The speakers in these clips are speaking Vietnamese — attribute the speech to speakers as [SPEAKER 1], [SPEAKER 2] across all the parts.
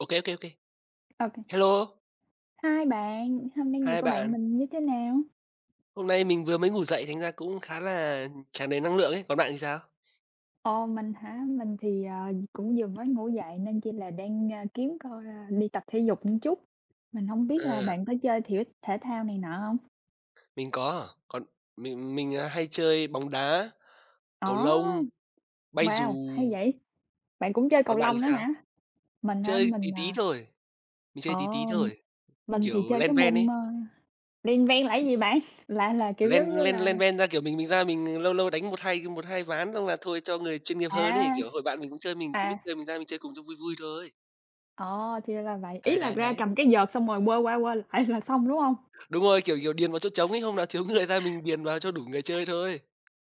[SPEAKER 1] Ok, ok, ok.
[SPEAKER 2] OK.
[SPEAKER 1] Hello,
[SPEAKER 2] Hai bạn, hôm nay ngày
[SPEAKER 1] hai
[SPEAKER 2] của bạn
[SPEAKER 1] bạn.
[SPEAKER 2] mình như thế nào?
[SPEAKER 1] Hôm nay mình vừa mới ngủ dậy thành ra cũng khá là tràn đầy năng lượng ấy, còn bạn thì sao?
[SPEAKER 2] Ồ, mình hả? Mình thì, cũng vừa mới ngủ dậy nên chỉ là đang, kiếm coi, đi tập thể dục một chút. Mình không biết là
[SPEAKER 1] À,
[SPEAKER 2] bạn có chơi thiểu thể thao này nọ không?
[SPEAKER 1] mình có. Còn mình hay chơi bóng đá,
[SPEAKER 2] Ồ,
[SPEAKER 1] cầu lông, bay dù,
[SPEAKER 2] wow, hay vậy! Bạn cũng chơi cầu
[SPEAKER 1] còn bạn thì
[SPEAKER 2] lông nữa
[SPEAKER 1] sao?
[SPEAKER 2] hả? Mình hả?
[SPEAKER 1] Chơi tí
[SPEAKER 2] Mình,
[SPEAKER 1] tí
[SPEAKER 2] ờ,
[SPEAKER 1] thôi, mình chơi tí tí
[SPEAKER 2] ồ,
[SPEAKER 1] thôi,
[SPEAKER 2] mình thì
[SPEAKER 1] kiểu
[SPEAKER 2] chơi cái
[SPEAKER 1] len ven
[SPEAKER 2] môn,
[SPEAKER 1] ấy,
[SPEAKER 2] lênh vênh là cái gì bạn? Là, kiểu,
[SPEAKER 1] len
[SPEAKER 2] giống như
[SPEAKER 1] len
[SPEAKER 2] là
[SPEAKER 1] len ven ra, kiểu, mình ra mình lâu lâu đánh một hai ván xong là thôi cho người chuyên nghiệp hơn ấy,
[SPEAKER 2] à,
[SPEAKER 1] kiểu, hồi bạn mình cũng chơi, mình không biết
[SPEAKER 2] à,
[SPEAKER 1] chơi mình ra mình chơi cùng cho vui vui thôi.
[SPEAKER 2] ồ, thì là vậy. Ý
[SPEAKER 1] Đấy,
[SPEAKER 2] là
[SPEAKER 1] đấy,
[SPEAKER 2] ra
[SPEAKER 1] đấy.
[SPEAKER 2] cầm cái vợt xong rồi quơ qua quơ lại là xong, đúng không?
[SPEAKER 1] Đúng rồi, kiểu kiểu điền vào chỗ trống ấy, hôm nào thiếu người ra mình điền vào cho đủ người chơi thôi.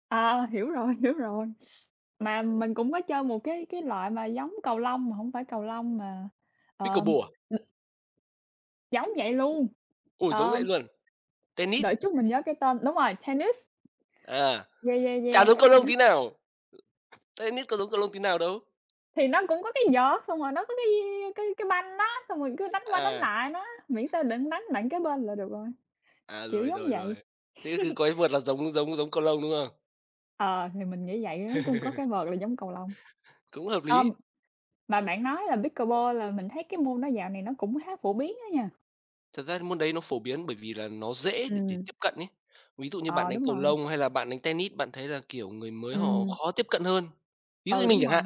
[SPEAKER 2] À, hiểu rồi, hiểu rồi. Mà mình cũng có chơi một cái loại mà giống cầu lông mà hổng phải cầu lông mà, ờ,
[SPEAKER 1] Pickleball à?
[SPEAKER 2] đ giống vậy luôn,
[SPEAKER 1] Ôi, giống
[SPEAKER 2] ờ,
[SPEAKER 1] vậy luôn. Tennis,
[SPEAKER 2] đợi chút mình nhớ cái tên đúng rồi, tennis,
[SPEAKER 1] à,
[SPEAKER 2] yeah, yeah,
[SPEAKER 1] chả
[SPEAKER 2] yeah.
[SPEAKER 1] giống cầu lông tí nào, tennis có giống cầu lông tí nào đâu.
[SPEAKER 2] Thì nó cũng có cái vợt, xong rồi nó có cái cái banh đó, xong rồi cứ đánh qua đánh
[SPEAKER 1] À,
[SPEAKER 2] lại nó, miễn sao đừng đánh nặng cái bên là được rồi,
[SPEAKER 1] à,
[SPEAKER 2] kiểu
[SPEAKER 1] rồi,
[SPEAKER 2] giống
[SPEAKER 1] rồi, rồi.
[SPEAKER 2] vậy.
[SPEAKER 1] Thế cứ coi vợt là giống giống giống cầu lông, đúng không?
[SPEAKER 2] Ờ, thì mình nghĩ vậy nó cũng có cái vợt là giống cầu lông.
[SPEAKER 1] Cũng hợp
[SPEAKER 2] Ờm,
[SPEAKER 1] lý.
[SPEAKER 2] mà bạn nói là pickleball là mình thấy cái môn đó dạo này nó cũng khá phổ biến á nha.
[SPEAKER 1] Thật ra môn đấy nó phổ biến bởi vì là nó dễ để
[SPEAKER 2] Ừm.
[SPEAKER 1] tiếp cận ấy. Ví dụ như bạn
[SPEAKER 2] Ờ,
[SPEAKER 1] đánh
[SPEAKER 2] đúng
[SPEAKER 1] cầu
[SPEAKER 2] rồi.
[SPEAKER 1] lông hay là bạn đánh tennis, bạn thấy là, kiểu, người mới họ
[SPEAKER 2] Ừm.
[SPEAKER 1] khó tiếp cận hơn. Ví dụ như
[SPEAKER 2] Ừ,
[SPEAKER 1] mình
[SPEAKER 2] đúng
[SPEAKER 1] chẳng
[SPEAKER 2] rồi.
[SPEAKER 1] hạn,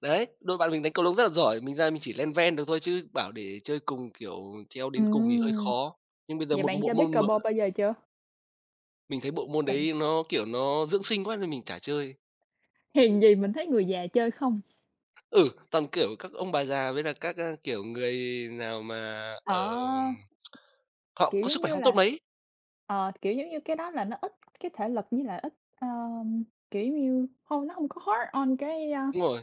[SPEAKER 1] đấy, đội bạn mình đánh cầu lông rất là giỏi, mình ra mình chỉ len ven được thôi chứ bảo để chơi cùng, kiểu, theo đến cùng thì hơi
[SPEAKER 2] Ừm,
[SPEAKER 1] khó. Nhưng bây giờ
[SPEAKER 2] vậy
[SPEAKER 1] một
[SPEAKER 2] bạn
[SPEAKER 1] bộ
[SPEAKER 2] chơi
[SPEAKER 1] môn m
[SPEAKER 2] pickleball bao giờ chưa?
[SPEAKER 1] Mình thấy bộ môn
[SPEAKER 2] Bạn
[SPEAKER 1] đấy nó, dưỡng sinh quá nên mình chả chơi.
[SPEAKER 2] hèn gì mình thấy người già chơi không?
[SPEAKER 1] Ừ, toàn, kiểu, các ông bà già với là kiểu, người nào mà ở
[SPEAKER 2] Ờ,
[SPEAKER 1] họ
[SPEAKER 2] kiểu,
[SPEAKER 1] có sức
[SPEAKER 2] giống
[SPEAKER 1] khỏe
[SPEAKER 2] như
[SPEAKER 1] không tốt
[SPEAKER 2] là
[SPEAKER 1] mấy.
[SPEAKER 2] ờ, kiểu, giống như cái đó là nó ít cái thể lực với lại ít, ờm, kiểu, giống như, hông nó hông có hard on cái,
[SPEAKER 1] Đúng rồi,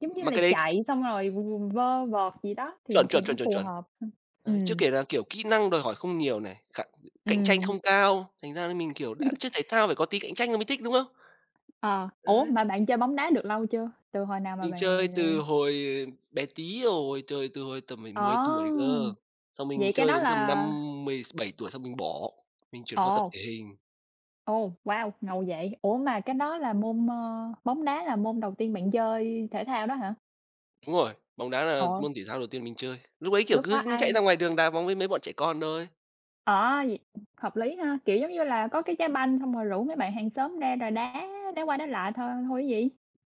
[SPEAKER 2] giống như
[SPEAKER 1] mà
[SPEAKER 2] là
[SPEAKER 1] cái đấy
[SPEAKER 2] chạy xong rồi v vơ vợt gì đó thì
[SPEAKER 1] chuẩn, chuẩn,
[SPEAKER 2] nó
[SPEAKER 1] chuẩn, chuẩn,
[SPEAKER 2] phù
[SPEAKER 1] chuẩn.
[SPEAKER 2] hợp hơn.
[SPEAKER 1] Đấy, chưa
[SPEAKER 2] Ừm,
[SPEAKER 1] kể là, kiểu, kỹ năng đòi hỏi không nhiều này, cạnh cạnh tranh
[SPEAKER 2] ừm.
[SPEAKER 1] không cao, thành ra là mình, kiểu, đã chơi thể thao phải có tí cạnh tranh là mới thích, đúng không?
[SPEAKER 2] Ờ, ủa,
[SPEAKER 1] Đấy,
[SPEAKER 2] mà bạn chơi bóng đá được lâu chưa? Từ hồi nào mà
[SPEAKER 1] mình chơi
[SPEAKER 2] bạn
[SPEAKER 1] từ hồi bé tí rồi, chơi từ hồi tầm phải
[SPEAKER 2] ờ,
[SPEAKER 1] 10 tuổi cơ, xong mình
[SPEAKER 2] vậy cái
[SPEAKER 1] chơi
[SPEAKER 2] đó
[SPEAKER 1] đến tầm năm
[SPEAKER 2] là
[SPEAKER 1] 17 tuổi xong mình bỏ, mình chuyển qua tập
[SPEAKER 2] ồ.
[SPEAKER 1] thể hình.
[SPEAKER 2] Ồ, wow, ngầu vậy! Ủa, mà cái đó là môn, ơ bóng đá là môn đầu tiên bạn chơi thể thao đó hả?
[SPEAKER 1] Đúng rồi, bóng đá là
[SPEAKER 2] Ồ,
[SPEAKER 1] môn thể thao đầu tiên mình chơi. Lúc ấy, kiểu,
[SPEAKER 2] lúc đó
[SPEAKER 1] cứ chạy ra
[SPEAKER 2] ai
[SPEAKER 1] ngoài đường đá bóng với mấy bọn trẻ con thôi.
[SPEAKER 2] ờ, vậy hợp lý ha, kiểu, giống như là, có cái trái banh xong rồi rủ mấy bạn hàng xóm ra rồi đá đá qua đá lại thôi thôi chứ gì?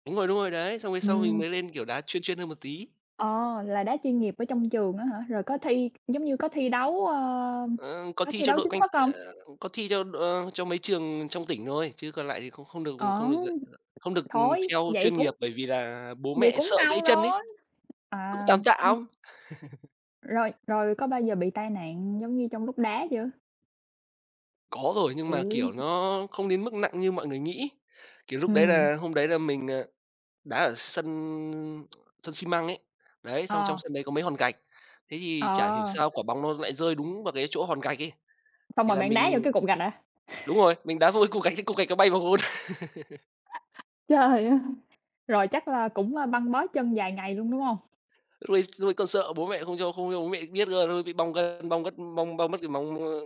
[SPEAKER 1] Đúng rồi, đấy, xong về sau mình
[SPEAKER 2] Ừ,
[SPEAKER 1] mới lên, kiểu, đá chuyên chuyên hơn một tí.
[SPEAKER 2] ờ, là đá chuyên nghiệp ở trong trường á hả? Rồi có thi giống như có thi đấu, ơ,
[SPEAKER 1] Ờ, có
[SPEAKER 2] có
[SPEAKER 1] thi
[SPEAKER 2] thi
[SPEAKER 1] cho
[SPEAKER 2] đấu
[SPEAKER 1] đội
[SPEAKER 2] chính
[SPEAKER 1] quanh,
[SPEAKER 2] thức không?
[SPEAKER 1] ờ, có thi cho, cho mấy trường trong tỉnh thôi, chứ còn lại thì không, không được,
[SPEAKER 2] Ờ,
[SPEAKER 1] không, được, ờ, không được
[SPEAKER 2] thôi,
[SPEAKER 1] theo chuyên nghiệp bởi vì là bố
[SPEAKER 2] vậy
[SPEAKER 1] mẹ
[SPEAKER 2] cũng
[SPEAKER 1] sợ gãy
[SPEAKER 2] ngầu
[SPEAKER 1] chân ấy.
[SPEAKER 2] rồi.
[SPEAKER 1] Cũng
[SPEAKER 2] À,
[SPEAKER 1] tám quạm,
[SPEAKER 2] rồi rồi có bao giờ bị tai nạn giống như trong lúc đá chưa?
[SPEAKER 1] có rồi, nhưng mà,
[SPEAKER 2] Kiểu
[SPEAKER 1] kiểu, nó không đến mức nặng như mọi người nghĩ. Kiểu, lúc đấy
[SPEAKER 2] ừm,
[SPEAKER 1] là hôm đấy là mình, đá ở sân sân xi măng ấy, đấy, xong trong
[SPEAKER 2] ờ,
[SPEAKER 1] sân đấy có mấy hòn gạch. Thế thì
[SPEAKER 2] ờ,
[SPEAKER 1] chả hiểu sao quả bóng nó lại rơi đúng vào cái chỗ hòn gạch ấy,
[SPEAKER 2] xong
[SPEAKER 1] thì
[SPEAKER 2] rồi
[SPEAKER 1] là
[SPEAKER 2] bạn
[SPEAKER 1] mình
[SPEAKER 2] đá vô cái cục gạch hả?
[SPEAKER 1] đúng rồi, mình đá vội cục gạch, cái cục gạch nó bay vào gôn.
[SPEAKER 2] Trời ơi! Rồi chắc là cũng, băng bó chân vài ngày luôn, đúng hông?
[SPEAKER 1] Lúc đấy còn sợ bố mẹ, không cho bố mẹ biết cơ, nó bị bong gân, bong gất bong bong mất cái móng,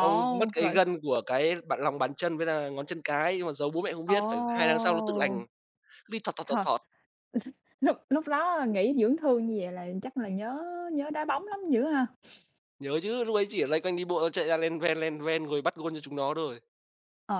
[SPEAKER 1] bong mất cái
[SPEAKER 2] rồi
[SPEAKER 1] gân của cái bạn lòng bàn chân với là ngón chân cái, nhưng mà giấu bố mẹ không
[SPEAKER 2] ồ,
[SPEAKER 1] biết, phải 2 tháng sau nó tự lành, cứ đi thọt, thọt, thọt,
[SPEAKER 2] trời,
[SPEAKER 1] thọt.
[SPEAKER 2] lúc lúc đó nghỉ dưỡng thương như vậy là chắc là nhớ nhớ đá bóng lắm dữ ha?
[SPEAKER 1] Nhớ chứ, lúc ấy chỉ ở loanh quanh đi bộ chạy ra len ven rồi bắt gôn cho chúng nó rồi.
[SPEAKER 2] Ồ,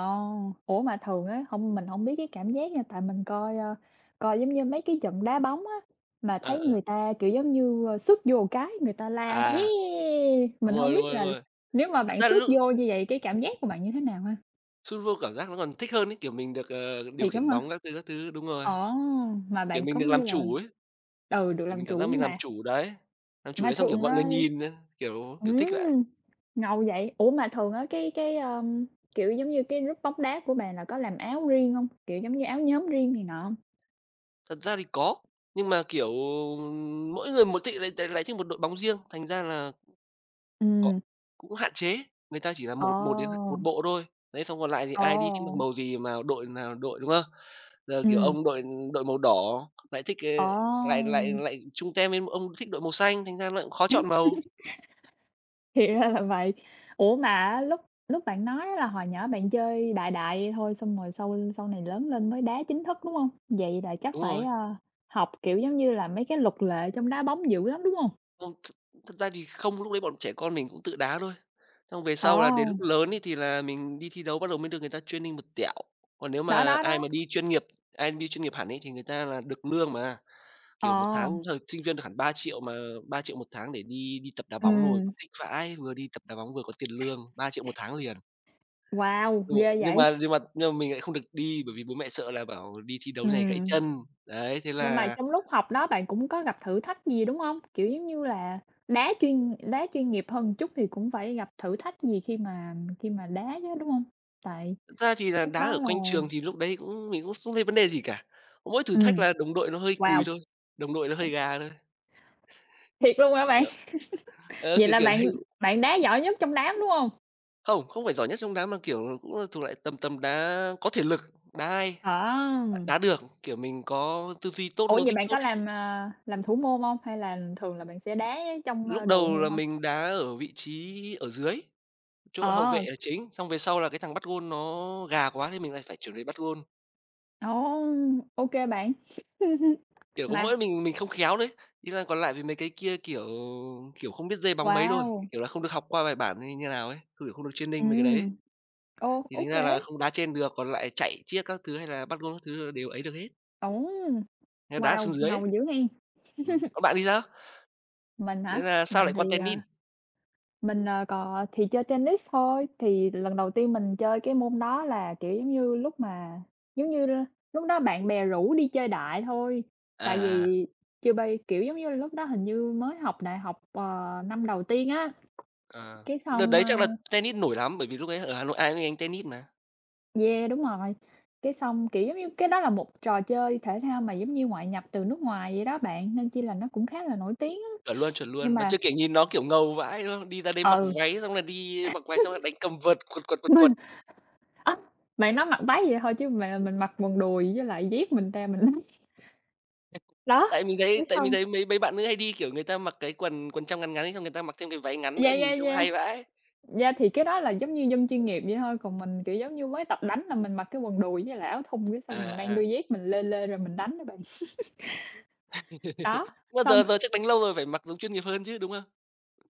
[SPEAKER 2] ủa, mà thường á, hông mình hổng biết cái cảm giác nha, tại mình coi, ơ, coi giống như mấy cái trận đá bóng á, mà
[SPEAKER 1] Ờ,
[SPEAKER 2] thấy
[SPEAKER 1] ờ.
[SPEAKER 2] người ta, kiểu, giống như, ơ, sút vô cái người ta la
[SPEAKER 1] À,
[SPEAKER 2] "Yeah!"
[SPEAKER 1] đúng
[SPEAKER 2] Mình
[SPEAKER 1] rồi,
[SPEAKER 2] hông
[SPEAKER 1] đúng
[SPEAKER 2] biết
[SPEAKER 1] rồi, đúng
[SPEAKER 2] là
[SPEAKER 1] rồi.
[SPEAKER 2] nếu mà
[SPEAKER 1] Thật
[SPEAKER 2] bạn
[SPEAKER 1] ra
[SPEAKER 2] sút
[SPEAKER 1] lúc
[SPEAKER 2] vô như vậy, cái cảm giác của bạn như thế nào ha?
[SPEAKER 1] Sút vô cảm giác nó còn thích hơn ấy, kiểu, mình được, điều
[SPEAKER 2] Thiệt lắm
[SPEAKER 1] khiển
[SPEAKER 2] hả?
[SPEAKER 1] bóng các thứ, các thứ, đúng rồi,
[SPEAKER 2] Ồ, mà
[SPEAKER 1] kiểu,
[SPEAKER 2] bạn
[SPEAKER 1] mình được
[SPEAKER 2] cũng
[SPEAKER 1] làm
[SPEAKER 2] như là
[SPEAKER 1] chủ ấy,
[SPEAKER 2] ừ, được
[SPEAKER 1] kiểu,
[SPEAKER 2] làm
[SPEAKER 1] mình cảm giác
[SPEAKER 2] chủ
[SPEAKER 1] mình
[SPEAKER 2] mà.
[SPEAKER 1] làm chủ
[SPEAKER 2] Mà
[SPEAKER 1] đấy xong, kiểu,
[SPEAKER 2] thường
[SPEAKER 1] mọi
[SPEAKER 2] á
[SPEAKER 1] người nhìn, kiểu kiểu, thích vậy.
[SPEAKER 2] ừm, ngầu vậy. Ủa, mà thường á cái kiểu, giống như cái group bóng đá của bạn là có làm áo riêng hông? Kiểu, giống như áo nhóm riêng này nọ? Hông?
[SPEAKER 1] Thật ra thì có, nhưng mà, kiểu, mỗi người một thích lại lại lấy cho một đội bóng riêng, thành ra là có
[SPEAKER 2] Ừm,
[SPEAKER 1] cũng hạn chế, người ta chỉ là
[SPEAKER 2] ờ,
[SPEAKER 1] một một đến một bộ thôi. Đấy, xong còn lại thì
[SPEAKER 2] ờ,
[SPEAKER 1] ai đi thích mặc màu gì mà đội nào đội, đúng không? Giờ, kiểu,
[SPEAKER 2] ừm,
[SPEAKER 1] ông đội đội màu đỏ lại thích,
[SPEAKER 2] ờ.
[SPEAKER 1] lại lại lại chung tem với ông thích đội màu xanh, thành ra lại cũng khó chọn màu.
[SPEAKER 2] Thì ra là vậy. Ủa, mà lúc lúc bạn nói á là hồi nhỏ bạn chơi đại đại thôi, xong rồi sau sau này lớn lên mới đá chính thức, đúng không? Vậy là chắc
[SPEAKER 1] Đúng
[SPEAKER 2] phải,
[SPEAKER 1] rồi.
[SPEAKER 2] học, kiểu, giống như là, mấy cái luật lệ trong đá bóng dữ lắm, đúng không?
[SPEAKER 1] Không, thực thực ra thì không, lúc đấy bọn trẻ con mình cũng tự đá thôi. Xong về
[SPEAKER 2] Ờ,
[SPEAKER 1] sau là đến lúc lớn ấy thì là mình đi thi đấu bắt đầu mới được người ta training một tẹo. Còn nếu
[SPEAKER 2] đó,
[SPEAKER 1] mà
[SPEAKER 2] đó,
[SPEAKER 1] ai
[SPEAKER 2] đó.
[SPEAKER 1] mà đi chuyên nghiệp, ai đi chuyên nghiệp hẳn ấy thì người ta là được lương mà, kiểu, một
[SPEAKER 2] Ờ,
[SPEAKER 1] tháng thời sinh viên được hẳn 3 triệu, mà 3 triệu một tháng để đi đi tập đá bóng rồi,
[SPEAKER 2] ừm,
[SPEAKER 1] thích vãi, vừa đi tập đá bóng vừa có tiền lương, 3 triệu một tháng liền.
[SPEAKER 2] wow,
[SPEAKER 1] Rồi,
[SPEAKER 2] ghê
[SPEAKER 1] nhưng
[SPEAKER 2] vậy!
[SPEAKER 1] mà, mình lại không được đi bởi vì bố mẹ sợ là bảo đi thi đấu này gãy
[SPEAKER 2] Ừm,
[SPEAKER 1] chân. Đấy, thế
[SPEAKER 2] nhưng mà
[SPEAKER 1] là.
[SPEAKER 2] trong lúc học đó bạn cũng có gặp thử thách gì, đúng không? Kiểu, giống như là, đá chuyên nghiệp hơn một chút thì cũng phải gặp thử thách gì khi mà đá chứ, đúng không? Tại
[SPEAKER 1] Thật ra thì là
[SPEAKER 2] lúc
[SPEAKER 1] đá
[SPEAKER 2] đó
[SPEAKER 1] ở quanh
[SPEAKER 2] là
[SPEAKER 1] trường thì lúc đấy cũng mình cũng không thấy vấn đề gì cả, mỗi thử thách
[SPEAKER 2] ừm.
[SPEAKER 1] là đồng đội nó hơi cùi
[SPEAKER 2] Wow!
[SPEAKER 1] thôi, đồng đội nó hơi gà thôi.
[SPEAKER 2] Thiệt luôn hả bạn?
[SPEAKER 1] Kiểu, ờ,
[SPEAKER 2] Vậy
[SPEAKER 1] kiểu,
[SPEAKER 2] là
[SPEAKER 1] kiểu
[SPEAKER 2] bạn
[SPEAKER 1] đấy,
[SPEAKER 2] bạn đá giỏi nhất trong đám, đúng hông?
[SPEAKER 1] không, không phải giỏi nhất trong đá mà, kiểu, cũng là thuộc lại tầm tầm đá có thể lực, đá hay,
[SPEAKER 2] Ờ.
[SPEAKER 1] đá được, kiểu, mình có tư duy tốt,
[SPEAKER 2] Ủa, vậy
[SPEAKER 1] logic
[SPEAKER 2] bạn
[SPEAKER 1] tốt
[SPEAKER 2] có
[SPEAKER 1] ấy.
[SPEAKER 2] làm, làm thủ môn hông? Hay là thường là bạn sẽ đá trong, ơ,
[SPEAKER 1] Lúc
[SPEAKER 2] đội
[SPEAKER 1] đầu
[SPEAKER 2] nhiều
[SPEAKER 1] là
[SPEAKER 2] hơn?
[SPEAKER 1] mình đá ở vị trí ở dưới, chỗ hậu vệ
[SPEAKER 2] Ờ.
[SPEAKER 1] là chính, xong về sau là cái thằng bắt gôn nó gà quá thì mình lại phải chuyển về bắt gôn.
[SPEAKER 2] Ồ! Ô kê bạn.
[SPEAKER 1] Kiểu, có
[SPEAKER 2] Mà
[SPEAKER 1] mỗi mình không khéo đấy, ý là còn lại vì mấy cái kia, kiểu, không biết dây bóng mấy thôi,
[SPEAKER 2] wow!
[SPEAKER 1] kiểu là, không được học qua bài bản hay như nào ấy, kiểu, không được training mấy cái đấy ấy,
[SPEAKER 2] Ừm, ô,
[SPEAKER 1] thì
[SPEAKER 2] ô
[SPEAKER 1] thành ra là
[SPEAKER 2] kê.
[SPEAKER 1] không đá trên được, còn lại chạy chiếc các thứ hay là bắt gôn các thứ đều ấy được hết,
[SPEAKER 2] Ồ!
[SPEAKER 1] nên đá
[SPEAKER 2] Wow,
[SPEAKER 1] xuống dưới ấy.
[SPEAKER 2] ngầu dữ hen.
[SPEAKER 1] Còn bạn thì sao?
[SPEAKER 2] Mình hả?
[SPEAKER 1] Nghĩa là sao
[SPEAKER 2] Mình
[SPEAKER 1] lại qua
[SPEAKER 2] thì, ờ
[SPEAKER 1] tennis?
[SPEAKER 2] Mình, có thì chơi tennis thôi, thì lần đầu tiên mình chơi cái môn đó là, kiểu, giống như, lúc mà giống như, ơ, lúc đó bạn bè rủ đi chơi đại thôi, tại
[SPEAKER 1] À, à,
[SPEAKER 2] vì chưa bây kiểu, giống như, lúc đó hình như mới học đại học, năm đầu tiên á,
[SPEAKER 1] ờ,
[SPEAKER 2] cái
[SPEAKER 1] đợt
[SPEAKER 2] xong,
[SPEAKER 1] đấy
[SPEAKER 2] ơ
[SPEAKER 1] chắc là tennis nổi lắm, bởi vì lúc đấy ở Hà Nội ai cũng đánh tennis mà.
[SPEAKER 2] yeah, đúng rồi, cái xong, kiểu, giống như, cái đó là một trò chơi thể thao mà giống như ngoại nhập từ nước ngoài vậy đó bạn, nên chi là nó cũng khá là nổi tiếng á.
[SPEAKER 1] Chuẩn
[SPEAKER 2] Nhưng
[SPEAKER 1] luôn, mà
[SPEAKER 2] mà
[SPEAKER 1] chưa kể nhìn nó, kiểu, ngầu vãi, đúng không? Đi ra đấy mặc
[SPEAKER 2] ừ,
[SPEAKER 1] váy xong là đi mặc váy xong là đánh cầm vợt, quật, quật, quật,
[SPEAKER 2] mình
[SPEAKER 1] quật.
[SPEAKER 2] á, bạn nói mặc váy vậy thôi chứ mà mình mặc quần đùi với lại dép mình ra mình Đó,
[SPEAKER 1] Tại mình thấy
[SPEAKER 2] cái
[SPEAKER 1] tại mình
[SPEAKER 2] xong
[SPEAKER 1] thấy mấy mấy bạn nữ hay đi, kiểu, người ta mặc cái quần quần trong ngắn ngắn ấy, xong người ta mặc thêm cái váy ngắn nữa,
[SPEAKER 2] yeah,
[SPEAKER 1] nhìn
[SPEAKER 2] yeah,
[SPEAKER 1] trông
[SPEAKER 2] yeah,
[SPEAKER 1] hay vãi.
[SPEAKER 2] yeah, thì cái đó là giống như dân chuyên nghiệp vậy thôi, còn mình, kiểu, giống như mới tập đánh là mình mặc cái quần đùi với lại áo thun cái xong mình
[SPEAKER 1] À,
[SPEAKER 2] mang
[SPEAKER 1] à.
[SPEAKER 2] đôi dép mình lê lê rồi mình đánh đó bạn. Đó,
[SPEAKER 1] Mà
[SPEAKER 2] xong
[SPEAKER 1] giờ giờ chắc đánh lâu rồi phải mặc giống chuyên nghiệp hơn chứ, đúng không?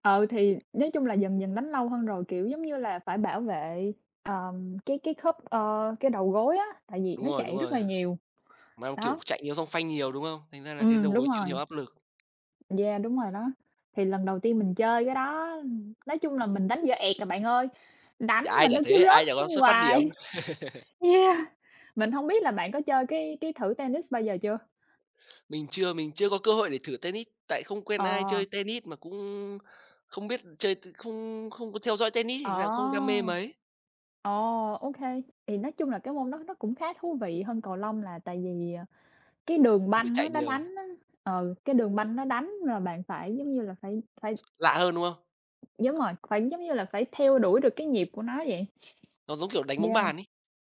[SPEAKER 2] ừ, thì nói chung là dần dần đánh lâu hơn rồi, kiểu, giống như là, phải bảo vệ, cái khớp, ơ, cái đầu gối á, tại vì
[SPEAKER 1] Đúng
[SPEAKER 2] nó
[SPEAKER 1] rồi, đúng
[SPEAKER 2] chạy rất
[SPEAKER 1] rồi.
[SPEAKER 2] là nhiều.
[SPEAKER 1] Mà, kiểu,
[SPEAKER 2] Đó,
[SPEAKER 1] chạy nhiều xong phanh nhiều, đúng không? Thành ra là cái đầu
[SPEAKER 2] đúng
[SPEAKER 1] gối chịu nhiều
[SPEAKER 2] rồi,
[SPEAKER 1] áp lực.
[SPEAKER 2] yeah, đúng rồi đó. Thì lần đầu tiên mình chơi cái đó, nói chung là mình đánh dở ẹt à bạn ơi, đánh
[SPEAKER 1] Chả ai
[SPEAKER 2] mà
[SPEAKER 1] chả
[SPEAKER 2] nó cứ
[SPEAKER 1] thế,
[SPEAKER 2] rớt
[SPEAKER 1] ai chả có
[SPEAKER 2] xuống
[SPEAKER 1] xuất phát điểm.
[SPEAKER 2] hoài. Yeah, mình hông biết là bạn có chơi cái thử tennis bao giờ chưa?
[SPEAKER 1] Mình chưa có cơ hội để thử tennis, tại không quen ai
[SPEAKER 2] Ờ,
[SPEAKER 1] chơi tennis mà cũng không biết chơi, không không có theo dõi tennis,
[SPEAKER 2] ờ,
[SPEAKER 1] thì ra không đam mê mấy.
[SPEAKER 2] ờ, ô kê. Thì nói chung là cái môn đó nó cũng khá thú vị hơn cầu lông là tại vì, cái đường
[SPEAKER 1] Mình
[SPEAKER 2] banh
[SPEAKER 1] phải
[SPEAKER 2] á
[SPEAKER 1] chạy
[SPEAKER 2] nó
[SPEAKER 1] nhiều,
[SPEAKER 2] đánh á ừ, cái đường banh nó đánh là bạn phải, giống như là, phải phải
[SPEAKER 1] lạ hơn, đúng không?
[SPEAKER 2] đúng rồi, phải, giống như là, phải theo đuổi được cái nhịp của nó vậy.
[SPEAKER 1] Nó giống kiểu đánh bóng
[SPEAKER 2] Yeah.
[SPEAKER 1] bàn ấy,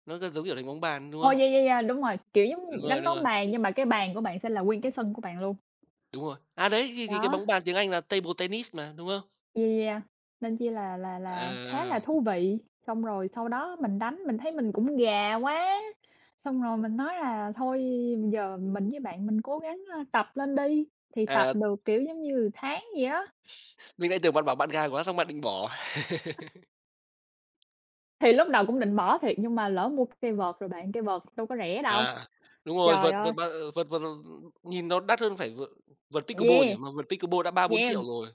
[SPEAKER 1] nó giống kiểu đánh bóng bàn, đúng
[SPEAKER 2] Ồ, yeah,
[SPEAKER 1] không?
[SPEAKER 2] yeah, yeah, đúng rồi, kiểu, giống
[SPEAKER 1] Đúng
[SPEAKER 2] như
[SPEAKER 1] rồi,
[SPEAKER 2] đánh
[SPEAKER 1] đúng
[SPEAKER 2] bóng
[SPEAKER 1] rồi.
[SPEAKER 2] bàn nhưng mà cái bàn của bạn sẽ là nguyên cái sân của bạn luôn.
[SPEAKER 1] Đúng rồi. À, đấy, thì cái
[SPEAKER 2] Đó.
[SPEAKER 1] bóng bàn tiếng Anh là table tennis mà, đúng không?
[SPEAKER 2] Yeah, yeah, yeah. Nên chi là khá là
[SPEAKER 1] À,
[SPEAKER 2] thú vị. Xong rồi sau đó mình đánh mình thấy mình cũng gà quá, xong rồi mình nói là thôi bây giờ mình với bạn mình cố gắng, tập lên đi, thì tập
[SPEAKER 1] à,
[SPEAKER 2] được, kiểu, giống như, tháng gì á.
[SPEAKER 1] mình lại tưởng bạn bảo bạn gài quá xong bạn định bỏ.
[SPEAKER 2] Thì lúc đầu cũng định bỏ thiệt nhưng mà lỡ mua cây vợt rồi bạn, cây vợt đâu có rẻ đâu.
[SPEAKER 1] À, đúng rồi,
[SPEAKER 2] Trời
[SPEAKER 1] vợt vợt
[SPEAKER 2] ơi,
[SPEAKER 1] ba ờ, vợt vợt, nhìn nó đắt hơn phải vợt, vợt pickleball
[SPEAKER 2] yeah,
[SPEAKER 1] nhỉ? Mà vợt pickleball đã ba bốn
[SPEAKER 2] yeah,
[SPEAKER 1] triệu rồi.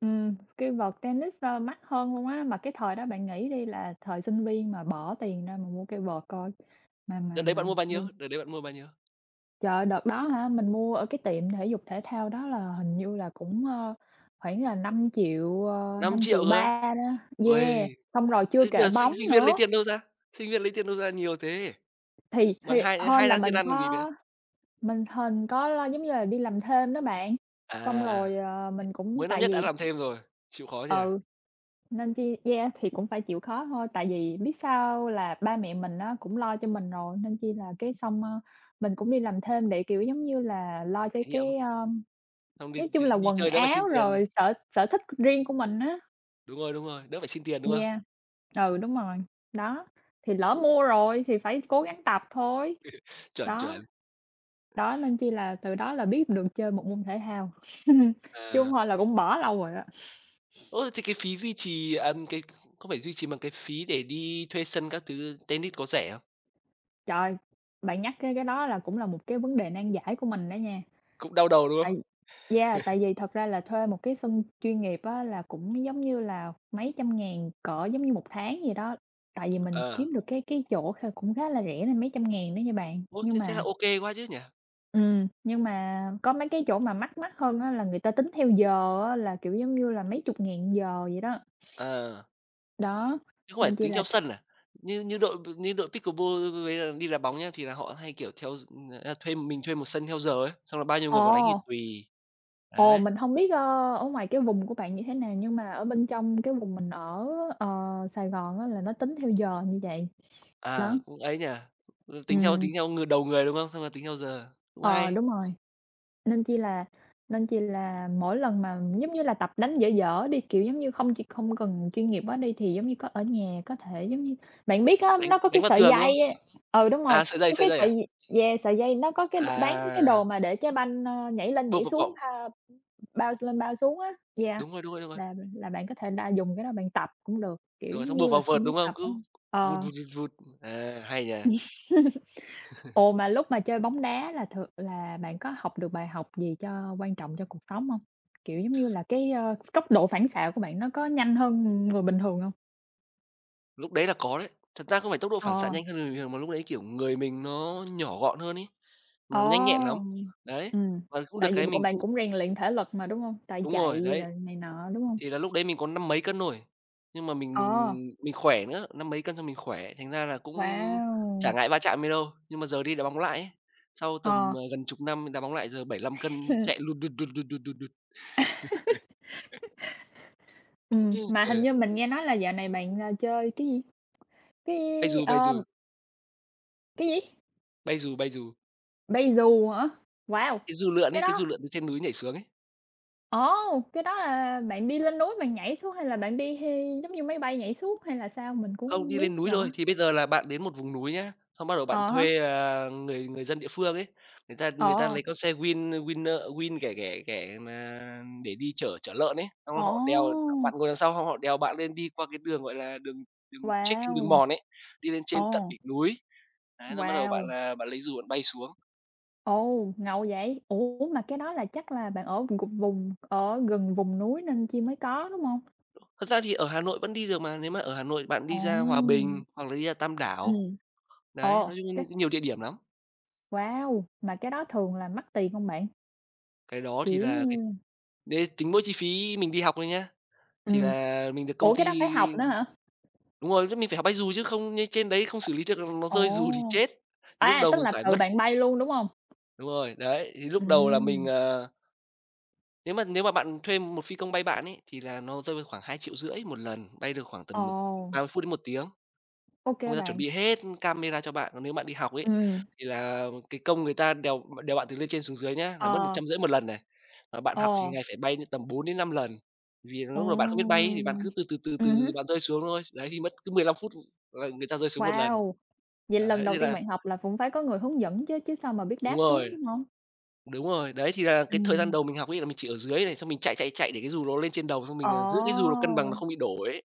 [SPEAKER 2] cây vợt tennis, ơ, mắc hơn luôn á, mà cái thời đó bạn nghĩ đi là thời sinh viên mà bỏ tiền ra mà mua cây vợt coi,
[SPEAKER 1] Đợt
[SPEAKER 2] mà
[SPEAKER 1] đấy
[SPEAKER 2] mà
[SPEAKER 1] bạn mua bao nhiêu? Đợt đấy bạn mua bao nhiêu?
[SPEAKER 2] Trời ơi, đợt đó hả, mình mua ở cái tiệm thể dục thể thao đó là hình như là cũng, ơ, khoảng là năm triệu 000 ờ,
[SPEAKER 1] Năm triệu 000 á?
[SPEAKER 2] 5.300.000 đó yeah,
[SPEAKER 1] Ui,
[SPEAKER 2] xong rồi chưa
[SPEAKER 1] thế
[SPEAKER 2] kể
[SPEAKER 1] giờ sinh
[SPEAKER 2] bóng
[SPEAKER 1] sinh viên lấy
[SPEAKER 2] nữa,
[SPEAKER 1] tiền đâu ra? Sinh viên lấy tiền đâu ra nhiều thế?
[SPEAKER 2] thì
[SPEAKER 1] Bằng hai
[SPEAKER 2] hên
[SPEAKER 1] hai
[SPEAKER 2] là
[SPEAKER 1] tháng tiền
[SPEAKER 2] mình
[SPEAKER 1] ăn còn gì nữa.
[SPEAKER 2] có mình hên có lo giống như là đi làm thêm đó bạn,
[SPEAKER 1] À,
[SPEAKER 2] xong
[SPEAKER 1] à,
[SPEAKER 2] rồi, mình cũng
[SPEAKER 1] mới năm
[SPEAKER 2] tại
[SPEAKER 1] nhất đã
[SPEAKER 2] vì
[SPEAKER 1] làm thêm rồi, chịu khó nhỉ?
[SPEAKER 2] ừ, nên chi yeah, thì cũng phải chịu khó thôi, tại vì biết sao là ba mẹ mình á cũng lo cho mình rồi, nên chi là cái xong, ơ, mình cũng đi làm thêm để, kiểu, giống như là, lo cho
[SPEAKER 1] Trải nghiệm,
[SPEAKER 2] cái, ờ,
[SPEAKER 1] xong đi
[SPEAKER 2] nói chung là
[SPEAKER 1] đi
[SPEAKER 2] quần
[SPEAKER 1] chơi đỡ phải xin
[SPEAKER 2] áo
[SPEAKER 1] tiền.
[SPEAKER 2] rồi sở sở thích riêng của mình á.
[SPEAKER 1] Đúng rồi, đỡ phải xin tiền, đúng không?
[SPEAKER 2] Yeah, ừ, đúng rồi, đó, thì lỡ mua rồi thì phải cố gắng tập thôi,
[SPEAKER 1] Chuẩn,
[SPEAKER 2] đó,
[SPEAKER 1] chuẩn.
[SPEAKER 2] đó, nên chi là từ đó là biết được chơi một môn thể thao, chứ hông
[SPEAKER 1] À,
[SPEAKER 2] thôi là cũng bỏ lâu rồi á.
[SPEAKER 1] ô, thế cái phí duy trì à, cái không phải duy trì mà cái phí để đi thuê sân các thứ tennis có rẻ không?
[SPEAKER 2] Trời, bạn nhắc cái đó là cũng là một cái vấn đề nan giải của mình đó nha.
[SPEAKER 1] Cũng đau đầu, đúng
[SPEAKER 2] Tại
[SPEAKER 1] không?
[SPEAKER 2] yeah, tại vì thật ra là thuê một cái sân chuyên nghiệp á là cũng giống như là mấy trăm ngàn, cỡ giống như một tháng gì đó. Tại vì mình
[SPEAKER 1] Ờ,
[SPEAKER 2] kiếm được cái chỗ kh cũng khá là rẻ nên mấy trăm ngàn đó nha bạn.
[SPEAKER 1] ô, thế thế là ô kê quá chứ nhỉ?
[SPEAKER 2] Nhưng mà có mấy cái chỗ mà mắc mắc hơn á là người ta tính theo giờ á, là, kiểu, giống như là mấy chục ngàn giờ vậy đó.
[SPEAKER 1] Ờ,
[SPEAKER 2] Đó,
[SPEAKER 1] chứ không phải
[SPEAKER 2] nên chỉ
[SPEAKER 1] tính
[SPEAKER 2] là
[SPEAKER 1] theo
[SPEAKER 2] th
[SPEAKER 1] sân à? Như như đội pickleball với là đi đá bóng nhá, thì là họ hay, kiểu, theo gi à, thuê mình thuê một sân theo giờ ấy, xong là bao nhiêu
[SPEAKER 2] ồ,
[SPEAKER 1] người vào đánh thì tùy.
[SPEAKER 2] ồ,
[SPEAKER 1] Đấy,
[SPEAKER 2] mình không biết, ơ, ở ngoài cái vùng của bạn như thế nào, nhưng mà ở bên trong cái vùng mình ở, ờ, Sài Gòn á là nó tính theo giờ như vậy. Đó,
[SPEAKER 1] à, cũng ấy nhỉ? Ư, tính theo tính
[SPEAKER 2] ừm.
[SPEAKER 1] theo người đầu người, đúng không? Xong là tính theo giờ, cũng
[SPEAKER 2] Ờ,
[SPEAKER 1] hay.
[SPEAKER 2] đúng rồi, nên chi là mỗi lần mà, giống như là, tập đánh dở dở đi, kiểu, giống như, không chỉ không cần chuyên nghiệp quá đi thì, giống như, có ở nhà có thể, giống như bạn biết á,
[SPEAKER 1] Đánh
[SPEAKER 2] nó có
[SPEAKER 1] đánh
[SPEAKER 2] cái
[SPEAKER 1] vào
[SPEAKER 2] sợi
[SPEAKER 1] tường, đúng không?
[SPEAKER 2] dây á ừ, đúng rồi,
[SPEAKER 1] À,
[SPEAKER 2] có
[SPEAKER 1] sợi
[SPEAKER 2] cái
[SPEAKER 1] dây à?
[SPEAKER 2] sợi yeah, sợi dây nó có cái bán cái đồ
[SPEAKER 1] À,
[SPEAKER 2] mà để trái banh, ơ, nhảy lên
[SPEAKER 1] buộc
[SPEAKER 2] nhảy
[SPEAKER 1] vào
[SPEAKER 2] xuống,
[SPEAKER 1] cỏ.
[SPEAKER 2] bounce lên bounce xuống á, yeah,
[SPEAKER 1] Đúng rồi, đúng rồi, đúng rồi.
[SPEAKER 2] là bạn có thể đa dùng cái đó bạn tập cũng được, kiểu,
[SPEAKER 1] Đúng rồi,
[SPEAKER 2] giống
[SPEAKER 1] xong
[SPEAKER 2] như
[SPEAKER 1] buộc
[SPEAKER 2] là,
[SPEAKER 1] vào
[SPEAKER 2] khi
[SPEAKER 1] vợt,
[SPEAKER 2] muốn
[SPEAKER 1] đúng không?
[SPEAKER 2] tập
[SPEAKER 1] Cứ
[SPEAKER 2] á
[SPEAKER 1] vụt,
[SPEAKER 2] ờ.
[SPEAKER 1] vụt, vụt, vụt. À, hay nhỉ.
[SPEAKER 2] Ồ, mà lúc mà chơi bóng đá là thường là bạn có học được bài học gì cho quan trọng cho cuộc sống hông? Kiểu, giống như là, cái, ơ, tốc độ phản xạ của bạn nó có nhanh hơn người bình thường hông?
[SPEAKER 1] Lúc đấy là có đấy. Thật ra không phải tốc độ phản xạ
[SPEAKER 2] Ờ,
[SPEAKER 1] nhanh hơn người bình thường mà lúc đấy, kiểu, người mình nó nhỏ gọn hơn ấy,
[SPEAKER 2] ồ,
[SPEAKER 1] mà nhanh nhẹn lắm. Đấy,
[SPEAKER 2] ừm.
[SPEAKER 1] mà cũng được
[SPEAKER 2] Tại vì
[SPEAKER 1] cái
[SPEAKER 2] của
[SPEAKER 1] mình
[SPEAKER 2] bạn
[SPEAKER 1] cũng
[SPEAKER 2] cũng rèn luyện thể lực mà, đúng hông? Tại
[SPEAKER 1] đúng rồi,
[SPEAKER 2] chạy
[SPEAKER 1] đấy,
[SPEAKER 2] rồi này nọ, đúng hông?
[SPEAKER 1] thì là lúc đấy mình có năm mấy cân thôi, nhưng mà mình mình
[SPEAKER 2] Ờ,
[SPEAKER 1] mình khỏe nữa, năm mấy cân xong mình khỏe, thành ra là cũng chả
[SPEAKER 2] wow!
[SPEAKER 1] ngại va chạm gì đâu. Nhưng mà giờ đi đá bóng lại ấy, sau tầm,
[SPEAKER 2] Ờ.
[SPEAKER 1] gần chục năm đá bóng lại giờ 75 cân, chạy lụt đụt, đụt, đụt, đụt, đụt, đụt. Ừ,
[SPEAKER 2] Mà hình như mình nghe nói là dạo này bạn, à, chơi cái gì? Cái,
[SPEAKER 1] bay dù, bay
[SPEAKER 2] ờm,
[SPEAKER 1] dù,
[SPEAKER 2] cái gì?
[SPEAKER 1] bay dù.
[SPEAKER 2] Bay dù hả? Wow!
[SPEAKER 1] Cái dù lượn
[SPEAKER 2] Cái
[SPEAKER 1] ấy, cái
[SPEAKER 2] đó
[SPEAKER 1] dù lượn từ trên núi nhảy xuống ấy.
[SPEAKER 2] Ồ! Cái đó là bạn đi lên núi bạn nhảy xuống hay là bạn đi hi giống như máy bay nhảy xuống hay là sao? Mình cũng
[SPEAKER 1] Không,
[SPEAKER 2] hông
[SPEAKER 1] đi
[SPEAKER 2] biết
[SPEAKER 1] lên núi
[SPEAKER 2] rõ.
[SPEAKER 1] thôi, thì bây giờ là bạn đến một vùng núi nhá, xong bắt đầu bạn
[SPEAKER 2] Ờ hả?
[SPEAKER 1] thuê, à, người người dân địa phương ấy, người ta
[SPEAKER 2] Ờ,
[SPEAKER 1] lấy con xe Win win ờ, Win ghẻ ghẻ ghẻ mà để đi chở chở lợn ấy, xong họ đèo
[SPEAKER 2] ồ!
[SPEAKER 1] bạn ngồi đằng sau xong họ đèo bạn lên đi qua cái đường, gọi là, đường đường trekking, đường
[SPEAKER 2] Wow!
[SPEAKER 1] mòn ấy, đi lên trên tận
[SPEAKER 2] Ồ,
[SPEAKER 1] đỉnh núi. Đấy, xong bắt đầu bạn
[SPEAKER 2] wow!
[SPEAKER 1] là bạn lấy dù bạn bay xuống.
[SPEAKER 2] Ồ, ngầu vậy! Ủa, mà cái đó là chắc là bạn ở gục vùng ở gần vùng núi nên chi mới có, đúng không?
[SPEAKER 1] Thật ra thì ở Hà Nội vẫn đi được mà, nếu mà ở Hà Nội bạn đi ra Hòa
[SPEAKER 2] Ồ!
[SPEAKER 1] Bình hoặc là đi ra Tam
[SPEAKER 2] Ừ.
[SPEAKER 1] Đảo, đấy, nói
[SPEAKER 2] Ồ,
[SPEAKER 1] chung là
[SPEAKER 2] cái
[SPEAKER 1] nhiều địa điểm lắm.
[SPEAKER 2] wow! Mà cái đó thường là mắc tiền hông bạn?
[SPEAKER 1] Cái đó thì
[SPEAKER 2] Kiểu giống
[SPEAKER 1] là cái
[SPEAKER 2] như
[SPEAKER 1] đấy, tính mỗi chi phí mình đi học thôi nhá, thì
[SPEAKER 2] ừm,
[SPEAKER 1] là mình được công
[SPEAKER 2] ủa,
[SPEAKER 1] ty
[SPEAKER 2] cái đó phải học nữa hả?
[SPEAKER 1] đúng rồi, lúc mình phải học bay dù chứ không như trên đấy không xử lý được nó
[SPEAKER 2] Ồ,
[SPEAKER 1] rơi dù thì chết. Thì lúc
[SPEAKER 2] à,
[SPEAKER 1] đầu
[SPEAKER 2] tức
[SPEAKER 1] mình
[SPEAKER 2] là
[SPEAKER 1] phải
[SPEAKER 2] tự
[SPEAKER 1] mất
[SPEAKER 2] bạn bay luôn, đúng không?
[SPEAKER 1] đúng rồi, đấy, thì lúc đầu là mình,
[SPEAKER 2] Ừm,
[SPEAKER 1] nếu mà bạn thuê một phi công bay bạn ấy, thì là nó rơi vào khoảng 2.500.000 một lần, bay được khoảng
[SPEAKER 2] ồ,
[SPEAKER 1] tầm mực 30 phút đến một tiếng.
[SPEAKER 2] ô
[SPEAKER 1] Xong
[SPEAKER 2] kê
[SPEAKER 1] người ta chuẩn
[SPEAKER 2] bạn.
[SPEAKER 1] bị hết camera cho bạn, còn nếu bạn đi học ấy,
[SPEAKER 2] Ừm.
[SPEAKER 1] thì là cái công người ta đèo đèo bạn từ lên trên xuống dưới nhá, là mất
[SPEAKER 2] Ờ,
[SPEAKER 1] 150 một lần này. Mà bạn
[SPEAKER 2] ồ,
[SPEAKER 1] học thì ngày phải bay đến tầm 4 đến 5 lần, vì lúc mà bạn không biết bay
[SPEAKER 2] ồ.
[SPEAKER 1] ấy, thì bạn cứ từ từ, từ từ
[SPEAKER 2] Hứm.
[SPEAKER 1] bạn rơi xuống thôi. Đấy, thì mất cứ 15 phút là người ta rơi xuống một lần.
[SPEAKER 2] Wow! Vậy lần
[SPEAKER 1] Đấy,
[SPEAKER 2] đầu
[SPEAKER 1] thế
[SPEAKER 2] tiên
[SPEAKER 1] là
[SPEAKER 2] bạn học là cũng phải có người hướng dẫn chứ, chứ sao mà biết đáp
[SPEAKER 1] đúng
[SPEAKER 2] xuống,
[SPEAKER 1] rồi,
[SPEAKER 2] đúng hông?
[SPEAKER 1] đúng rồi. Đấy, thì là cái thời gian
[SPEAKER 2] Ừm.
[SPEAKER 1] đầu mình học ấy là mình chỉ ở dưới này, xong mình chạy, chạy, chạy để cái dù nó lên trên đầu, xong mình, à, giữ cái dù nó cân bằng nó
[SPEAKER 2] Ồ,
[SPEAKER 1] không bị đổ ấy.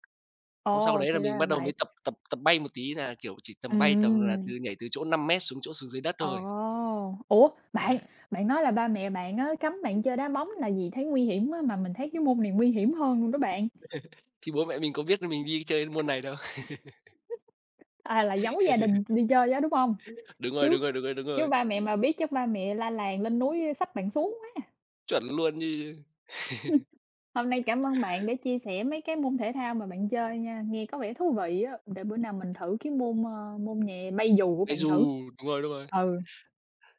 [SPEAKER 1] Xong sau
[SPEAKER 2] ồ,
[SPEAKER 1] đấy
[SPEAKER 2] thì
[SPEAKER 1] là
[SPEAKER 2] ra
[SPEAKER 1] mình
[SPEAKER 2] là
[SPEAKER 1] bắt đầu
[SPEAKER 2] vậy.
[SPEAKER 1] mới tập tập tập bay một tí, là, kiểu, chỉ tầm bay tầm là từ
[SPEAKER 2] Ừm.
[SPEAKER 1] nhảy từ chỗ 5 mét xuống chỗ xuống dưới đất thôi.
[SPEAKER 2] Ồ, ủa,
[SPEAKER 1] Á,
[SPEAKER 2] bạn bạn nói là ba mẹ bạn á cấm bạn chơi đá bóng là vì thấy nguy hiểm á, mà mình thấy cái môn này nguy hiểm hơn luôn đó bạn,
[SPEAKER 1] thì bố mẹ mình có biết là mình đi chơi môn này đâu.
[SPEAKER 2] à, là giấu gia đình đi chơi á, đúng hông?
[SPEAKER 1] Đúng rồi,
[SPEAKER 2] Chứ
[SPEAKER 1] đúng rồi, đúng rồi, đúng
[SPEAKER 2] chứ
[SPEAKER 1] rồi,
[SPEAKER 2] ba mẹ mà biết chắc ba mẹ la làng lên núi xách bạn xuống quá à.
[SPEAKER 1] chuẩn luôn như
[SPEAKER 2] Hôm nay cảm ơn bạn đã chia sẻ mấy cái môn thể thao mà bạn chơi nha, nghe có vẻ thú vị á, để bữa nào mình thử cái môn, ơ, môn nhẹ bay dù của
[SPEAKER 1] bay
[SPEAKER 2] bạn
[SPEAKER 1] dù,
[SPEAKER 2] thử.
[SPEAKER 1] đúng rồi, đúng rồi.
[SPEAKER 2] Ừ,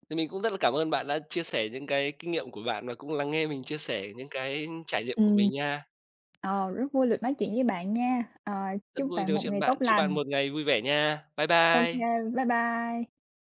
[SPEAKER 1] Thì mình cũng rất là cảm ơn bạn đã chia sẻ những cái kinh nghiệm của bạn và cũng lắng nghe mình chia sẻ những cái trải nghiệm của
[SPEAKER 2] ừm,
[SPEAKER 1] mình nha.
[SPEAKER 2] rất vui được nói chuyện với bạn nha, ờ,
[SPEAKER 1] Rất
[SPEAKER 2] chúc
[SPEAKER 1] vui được
[SPEAKER 2] bạn
[SPEAKER 1] nói
[SPEAKER 2] một
[SPEAKER 1] chuyện với
[SPEAKER 2] ngày
[SPEAKER 1] bạn,
[SPEAKER 2] tốt
[SPEAKER 1] chúc bạn
[SPEAKER 2] lành.
[SPEAKER 1] một ngày vui vẻ nha. Bye
[SPEAKER 2] OK
[SPEAKER 1] bye.
[SPEAKER 2] bye bye.